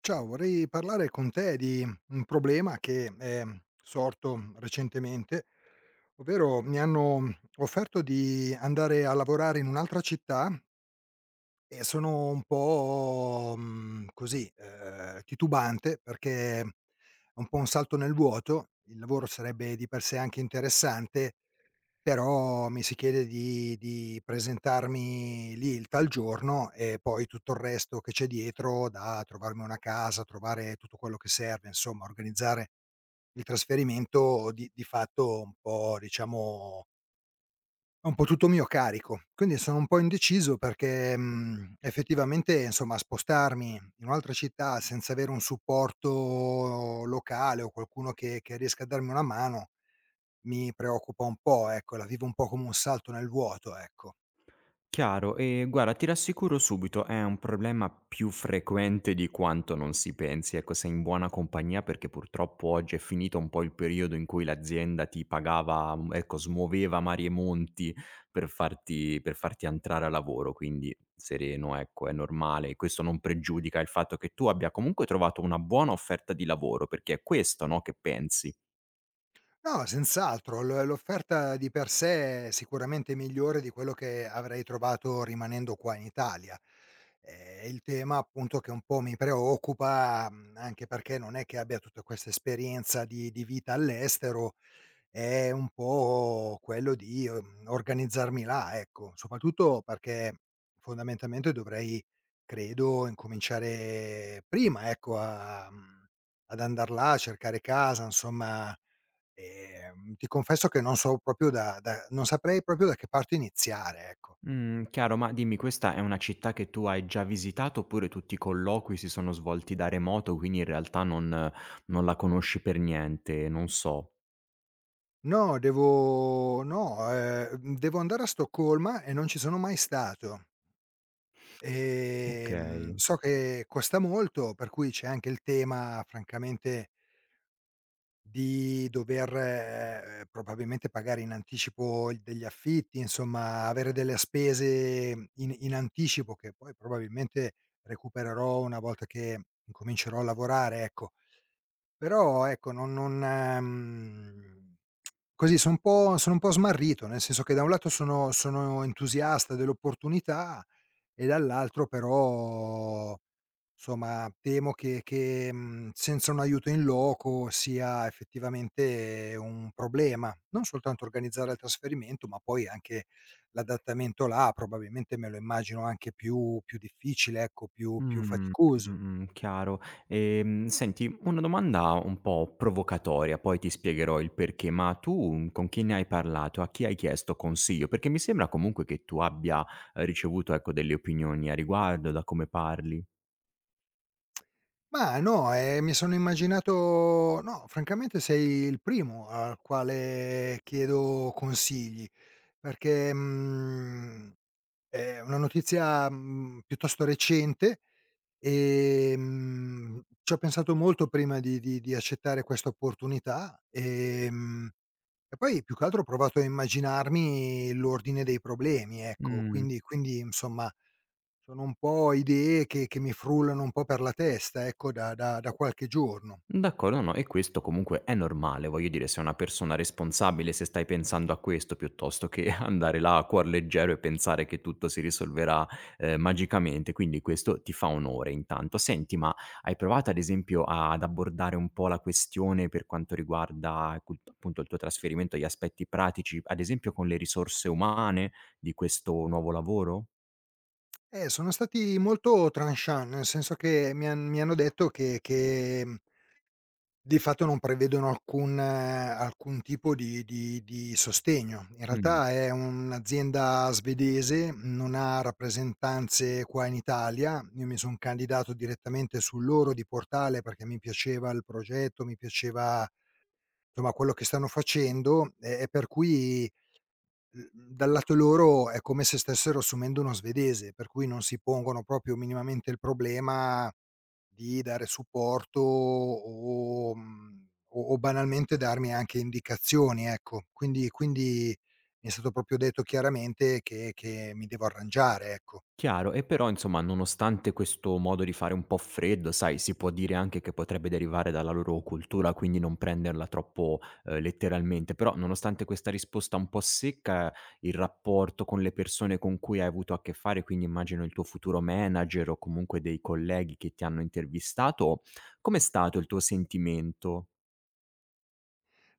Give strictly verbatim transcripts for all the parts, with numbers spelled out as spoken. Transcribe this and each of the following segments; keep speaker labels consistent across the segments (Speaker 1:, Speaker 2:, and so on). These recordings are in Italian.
Speaker 1: Ciao, vorrei parlare con te di un problema che è sorto recentemente, ovvero mi hanno offerto di andare a lavorare in un'altra città e sono un po', mhmm, così, ehm, titubante perché è un po' un salto nel vuoto. Il lavoro sarebbe di per sé anche interessante, però mi si chiede di di presentarmi lì il tal giorno e poi tutto il resto che c'è dietro, da trovarmi una casa, trovare tutto quello che serve, insomma organizzare il trasferimento di di fatto, un po', diciamo, è un po' tutto mio carico. Quindi sono un po' indeciso perché, mhmm, effettivamente, insomma, spostarmi in un'altra città senza avere un supporto locale o qualcuno che che riesca a darmi una mano mi preoccupa un po', ecco. La vivo un po' come un salto nel vuoto, ecco.
Speaker 2: Chiaro, ehm, guarda ti rassicuro subito, è un problema più frequente di quanto non si pensi. Ecco, sei in buona compagnia perché purtroppo oggi è finito un po' il periodo in cui l'azienda ti pagava mhmm, ecco, smuoveva mari e monti per farti per farti entrare a lavoro, quindi sereno, ecco, è normale. Questo non pregiudica il fatto che tu abbia comunque trovato una buona offerta di lavoro, perché è questo, no, che pensi.
Speaker 1: No, senz'altro. L l'offerta di per sé è sicuramente migliore di quello che avrei trovato rimanendo qua in Italia. Ehm, il tema appunto che un po' mi preoccupa, mhmm, anche perché non è che abbia tutta questa esperienza di di vita all'estero, è un po' quello di, uhm, organizzarmi là, ecco. Soprattutto perché fondamentalmente dovrei, credo, incominciare prima, ecco, a mhmm, ad andar là, a cercare casa, insomma. Ehm, ti confesso che non so proprio da, da non saprei proprio da che parte iniziare, ecco.
Speaker 2: Mh, chiaro, ma dimmi, questa è una città che tu hai già visitato oppure tutti i colloqui si sono svolti da remoto, quindi in realtà non non la conosci per niente, non so.
Speaker 1: No, devo, no, ehm, devo andare a Stoccolma e non ci sono mai stato. Ehm,
Speaker 2: Okay.
Speaker 1: so che costa molto, per cui c'è anche il tema, francamente, di dover, ehm, probabilmente pagare in anticipo il degli affitti, insomma avere delle spese in in anticipo che poi probabilmente recupererò una volta che incomincerò a lavorare, ecco. Però, ecco, non non mhmm, così, son un po' sono un po' smarrito, nel senso che da un lato sono sono entusiasta dell'opportunità e dall'altro, però, somma, temo che che, mhmm, senza un aiuto in loco sia effettivamente un problema. Non soltanto organizzare il trasferimento, ma poi anche l'adattamento là, probabilmente me lo immagino anche più più difficile, ecco, più più
Speaker 2: Mh,
Speaker 1: faticoso.
Speaker 2: mh-mh, chiaro. Ehm, senti, una domanda un po' provocatoria, poi ti spiegherò il perché, ma tu mm, con chi ne hai parlato? A chi hai chiesto consiglio? Perché mi sembra comunque che tu abbia eh, ricevuto, ecco, delle opinioni a riguardo, da come parli.
Speaker 1: Mah, no, ehm, mi sono immaginato, no, francamente sei il primo al quale chiedo consigli, perché, mhmm, è una notizia, mhmm, piuttosto recente. Ehm, ci ho pensato molto prima di di di accettare questa opportunità. Ehm, e poi più che altro ho provato a immaginarmi l'ordine dei problemi, ecco.
Speaker 2: Mh.
Speaker 1: Quindi quindi, insomma, sono un po' idee che che mi frullano un po' per la testa, ecco, da da da qualche giorno.
Speaker 2: D'accordo, no, e questo comunque è normale, voglio dire, sei una persona responsabile se stai pensando a questo piuttosto che andare là a cuor leggero e pensare che tutto si risolverà eh, magicamente, quindi questo ti fa onore intanto. Senti, ma hai provato ad esempio a- ad abbordare un po' la questione per quanto riguarda cu- appunto il tuo trasferimento, gli aspetti pratici, ad esempio con le risorse umane di questo nuovo lavoro?
Speaker 1: Eh, sono stati molto tranchant, nel senso che mi han mi hanno detto che che, mhmm, di fatto non prevedono alcun, eh, alcun tipo di di di sostegno. In
Speaker 2: Mm.
Speaker 1: realtà è un'azienda svedese, non ha rappresentanze qua in Italia. Io mi son candidato direttamente sul loro di portale perché mi piaceva il progetto, mi piaceva, insomma, quello che stanno facendo, e e per cui, Mhmm, dal lato loro è come se stessero assumendo uno svedese, per cui non si pongono proprio minimamente il problema di dare supporto o, mhmm, o o banalmente, darmi anche indicazioni, ecco. Quindi quindi mi è stato proprio detto chiaramente che che mi devo arrangiare, ecco.
Speaker 2: Chiaro, e però insomma nonostante questo modo di fare un po' freddo, sai, si può dire anche che potrebbe derivare dalla loro cultura, quindi non prenderla troppo, ehm, letteralmente, però nonostante questa risposta un po' secca, il rapporto con le persone con cui hai avuto a che fare, quindi immagino il tuo futuro manager o comunque dei colleghi che ti hanno intervistato, com'è stato il tuo sentimento?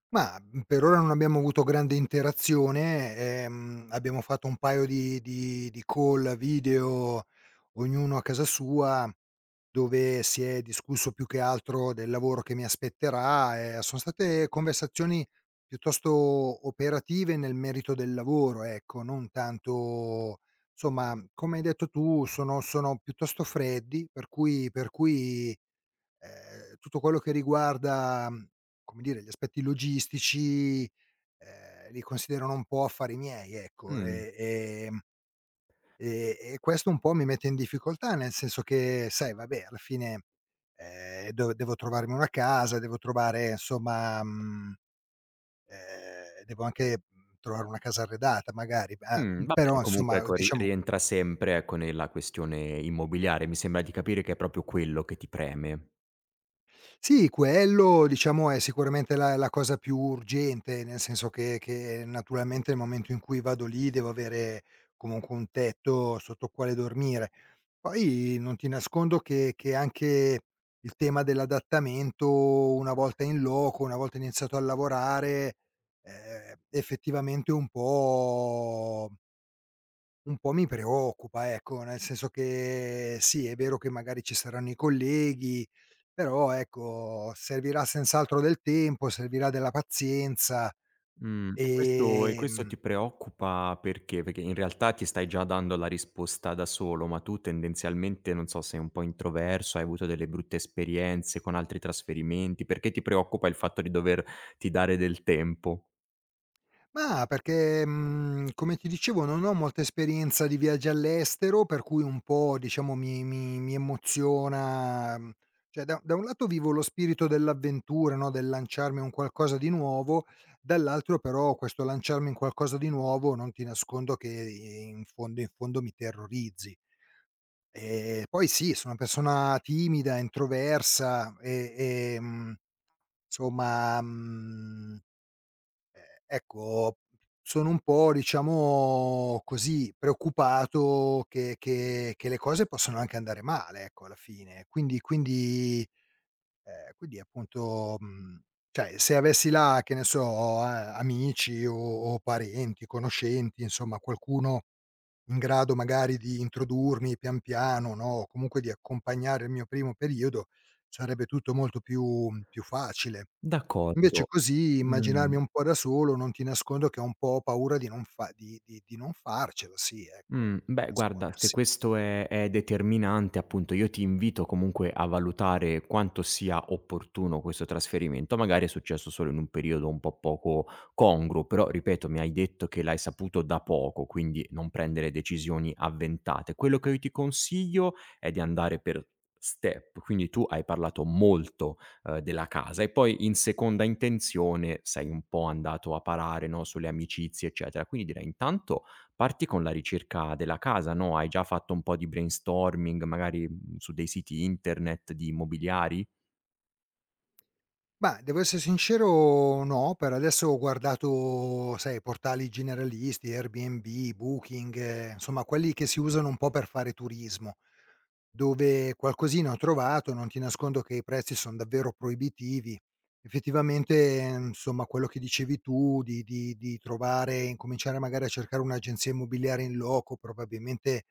Speaker 1: Mah, mhmm, per ora non abbiamo avuto grande interazione. Ehm, abbiamo fatto un paio di di di call video, ognuno a casa sua, dove si è discusso più che altro del lavoro che mi aspetterà. Ehm, son state conversazioni piuttosto operative nel merito del lavoro, ecco, non tanto, somma, come hai detto tu, sono sono piuttosto freddi, per cui, per cui ehm, tutto quello che riguarda, mhmm, come dire, gli aspetti logistici, ehm, li considerano un po' affari miei, ecco.
Speaker 2: Mh,
Speaker 1: E ehm, e e questo un po' mi mette in difficoltà, nel senso che, sai, vabbè, alla fine, ehm, do devo trovarmi una casa, devo trovare, insomma, mhmm, ehm, devo anche, mhmm, trovare una casa arredata, magari. Ah,
Speaker 2: mh, va
Speaker 1: però,
Speaker 2: bene, comunque
Speaker 1: insomma,
Speaker 2: ecco ri
Speaker 1: diciamo,
Speaker 2: rientra sempre, ecco, nella questione immobiliare, mi sembra di capire che è proprio quello che ti preme.
Speaker 1: sì, quello, diciamo, è sicuramente la la cosa più urgente, nel senso che che naturalmente nel momento in cui vado lì devo avere comunque un tetto sotto quale dormire. Poi non ti nascondo che che anche il tema dell'adattamento, una volta in loco, una volta iniziato a lavorare, ehm, effettivamente un po' Un po' mi preoccupa, ecco, nel senso che sì, è vero che magari ci saranno i colleghi, però, ecco, servirà senz'altro del tempo, servirà della pazienza.
Speaker 2: Mhmm, e questo e questo
Speaker 1: ehm
Speaker 2: ti preoccupa perché? Perché in realtà ti stai già dando la risposta da solo, ma tu tendenzialmente, non so, sei un po' introverso, hai avuto delle brutte esperienze con altri trasferimenti, perché ti preoccupa il fatto di doverti dare del tempo?
Speaker 1: Ma perché, mhmm, come ti dicevo, non ho molta esperienza di viaggi all'estero, per cui un po', diciamo, mi mi mi emoziona. mhmm, cioè, da da un lato vivo lo spirito dell'avventura, no, del lanciarmi in un qualcosa di nuovo, dall'altro, però, questo lanciarmi in qualcosa di nuovo non ti nascondo che in fondo in fondo mi terrorizzi. Ehm, poi sì, sono una persona timida, introversa, e, ehm, insomma, mhmm Ehm, ecco, sono un po', diciamo, così, preoccupato che che che le cose possono anche andare male, ecco, alla fine. Quindi quindi ehm, quindi appunto, mhmm, cioè, se avessi là, che ne so, a amici o o parenti, conoscenti, insomma qualcuno in grado magari di introdurmi pian piano, no, o comunque di accompagnare il mio primo periodo, sarebbe tutto molto più più facile. Invece
Speaker 2: D'accordo.
Speaker 1: così,
Speaker 2: Mh.
Speaker 1: immaginarmi un po' da solo, non ti nascondo che ho un po' ho paura di non fa, di di di non farcela, sì, ecco, è
Speaker 2: Mh,
Speaker 1: inutile
Speaker 2: beh guarda, se
Speaker 1: nascondersi.
Speaker 2: questo è è determinante, appunto, io ti invito comunque a valutare quanto sia opportuno questo trasferimento. Magari è successo solo in un periodo un po' poco congruo, però ripeto, mi hai detto che l'hai saputo da poco, quindi non prendere decisioni avventate. Quello che io ti consiglio è di andare per step, quindi tu hai parlato molto, ehm, della casa e poi in seconda intenzione sei un po' andato a parare, no, sulle amicizie eccetera. Quindi direi intanto parti con la ricerca della casa, no, hai già fatto un po' di brainstorming, magari, mhmm, su dei siti internet di immobiliari?
Speaker 1: Mah, devo essere sincero, no, per adesso ho guardato, sai, portali generalisti, Airbnb, Booking, eh, insomma, quelli che si usano un po' per fare turismo. Dove qualcosina ho trovato, non ti nascondo che i prezzi son davvero proibitivi. Effettivamente, eh, insomma, quello che dicevi tu di di di trovare, incominciare magari a cercare un'agenzia immobiliare in loco, probabilmente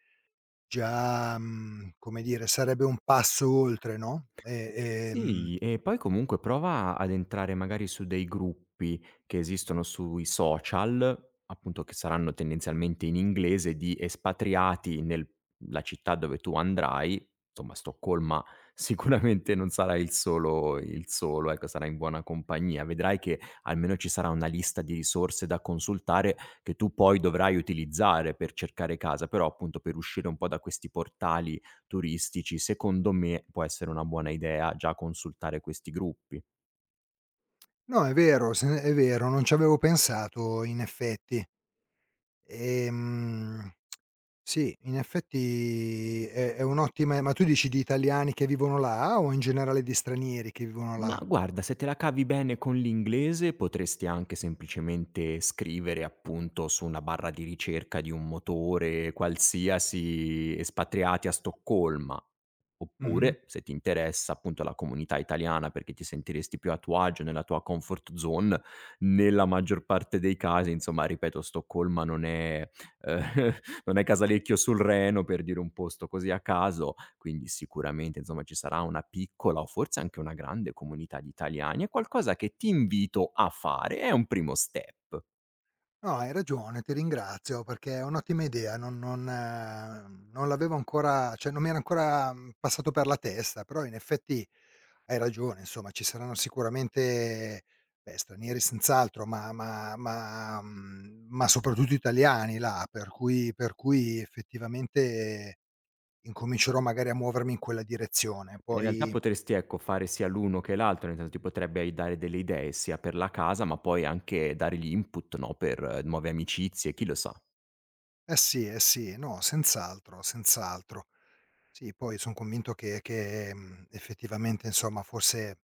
Speaker 1: già, mhmm, come dire, sarebbe un passo oltre, no, e, ehm
Speaker 2: Sì, e poi comunque prova ad entrare magari su dei gruppi che esistono sui social, appunto che saranno tendenzialmente in inglese, di espatriati nella città dove tu andrai. Insomma, Stoccolma sicuramente non sarà il solo il solo, ecco, sarà in buona compagnia. Vedrai che almeno ci sarà una lista di risorse da consultare che tu poi dovrai utilizzare per cercare casa, però appunto per uscire un po' da questi portali turistici, secondo me può essere una buona idea già consultare questi gruppi.
Speaker 1: no, è vero, se è vero, non ci avevo pensato, in effetti. Ehm Sì, in effetti, è è un'ottima, ma tu dici di italiani che vivono là o in generale di stranieri che vivono
Speaker 2: Ma
Speaker 1: là?
Speaker 2: guarda, se te la cavi bene con l'inglese, potresti anche semplicemente scrivere appunto su una barra di ricerca di un motore qualsiasi espatriati a Stoccolma.
Speaker 1: Mh-mh.
Speaker 2: Oppure, se ti interessa appunto la comunità italiana perché ti sentiresti più a tuo agio nella tua comfort zone, nella maggior parte dei casi, insomma, ripeto, Stoccolma non è, eh, Non è Casalecchio sul Reno, per dire un posto così a caso, quindi sicuramente insomma ci sarà una piccola o forse anche una grande comunità di italiani. È qualcosa che ti invito a fare, è un primo step.
Speaker 1: No, hai ragione, ti ringrazio perché è un'ottima idea, non, non eh, non l'avevo ancora, cioè non mi era ancora, mhmm, passato per la testa, però in effetti hai ragione, insomma, ci saranno sicuramente, beh, stranieri senz'altro, ma ma ma, mhmm, ma soprattutto italiani là, per cui, per cui effettivamente, incomincerò magari a muovermi in quella direzione.
Speaker 2: In realtà
Speaker 1: Poi,
Speaker 2: potresti, ecco, fare sia l'uno che l'altro, nel senso ti potrebbe ai dare delle idee sia per la casa, ma poi anche dare gli input, no, per eh, nuove amicizie, chi lo sa.
Speaker 1: eh sì, eh sì, no, senz'altro, senz'altro. Sì, poi son convinto che che, mhmm, effettivamente, insomma, forse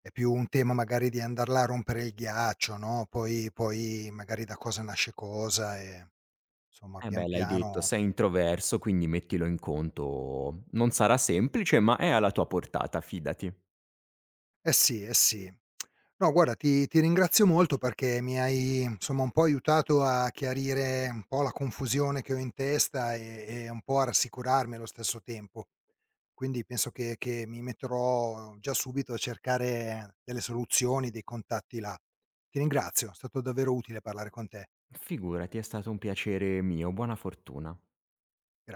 Speaker 1: è più un tema magari di andar là a rompere il ghiaccio, no, poi, poi magari da cosa nasce cosa, e, insomma,
Speaker 2: Eh
Speaker 1: pian
Speaker 2: beh, l'hai detto,
Speaker 1: piano.
Speaker 2: sei introverso, quindi mettilo in conto. Non sarà semplice, ma è alla tua portata, fidati.
Speaker 1: Eh sì, eh sì. No, guarda, ti ti ringrazio molto perché mi hai, insomma, un po' aiutato a chiarire un po' la confusione che ho in testa, e e un po' a rassicurarmi allo stesso tempo. Quindi penso che che mi metterò già subito a cercare delle soluzioni, dei contatti là. Ti ringrazio, è stato davvero utile parlare con te.
Speaker 2: Figurati, è stato un piacere mio, buona fortuna.
Speaker 1: Gra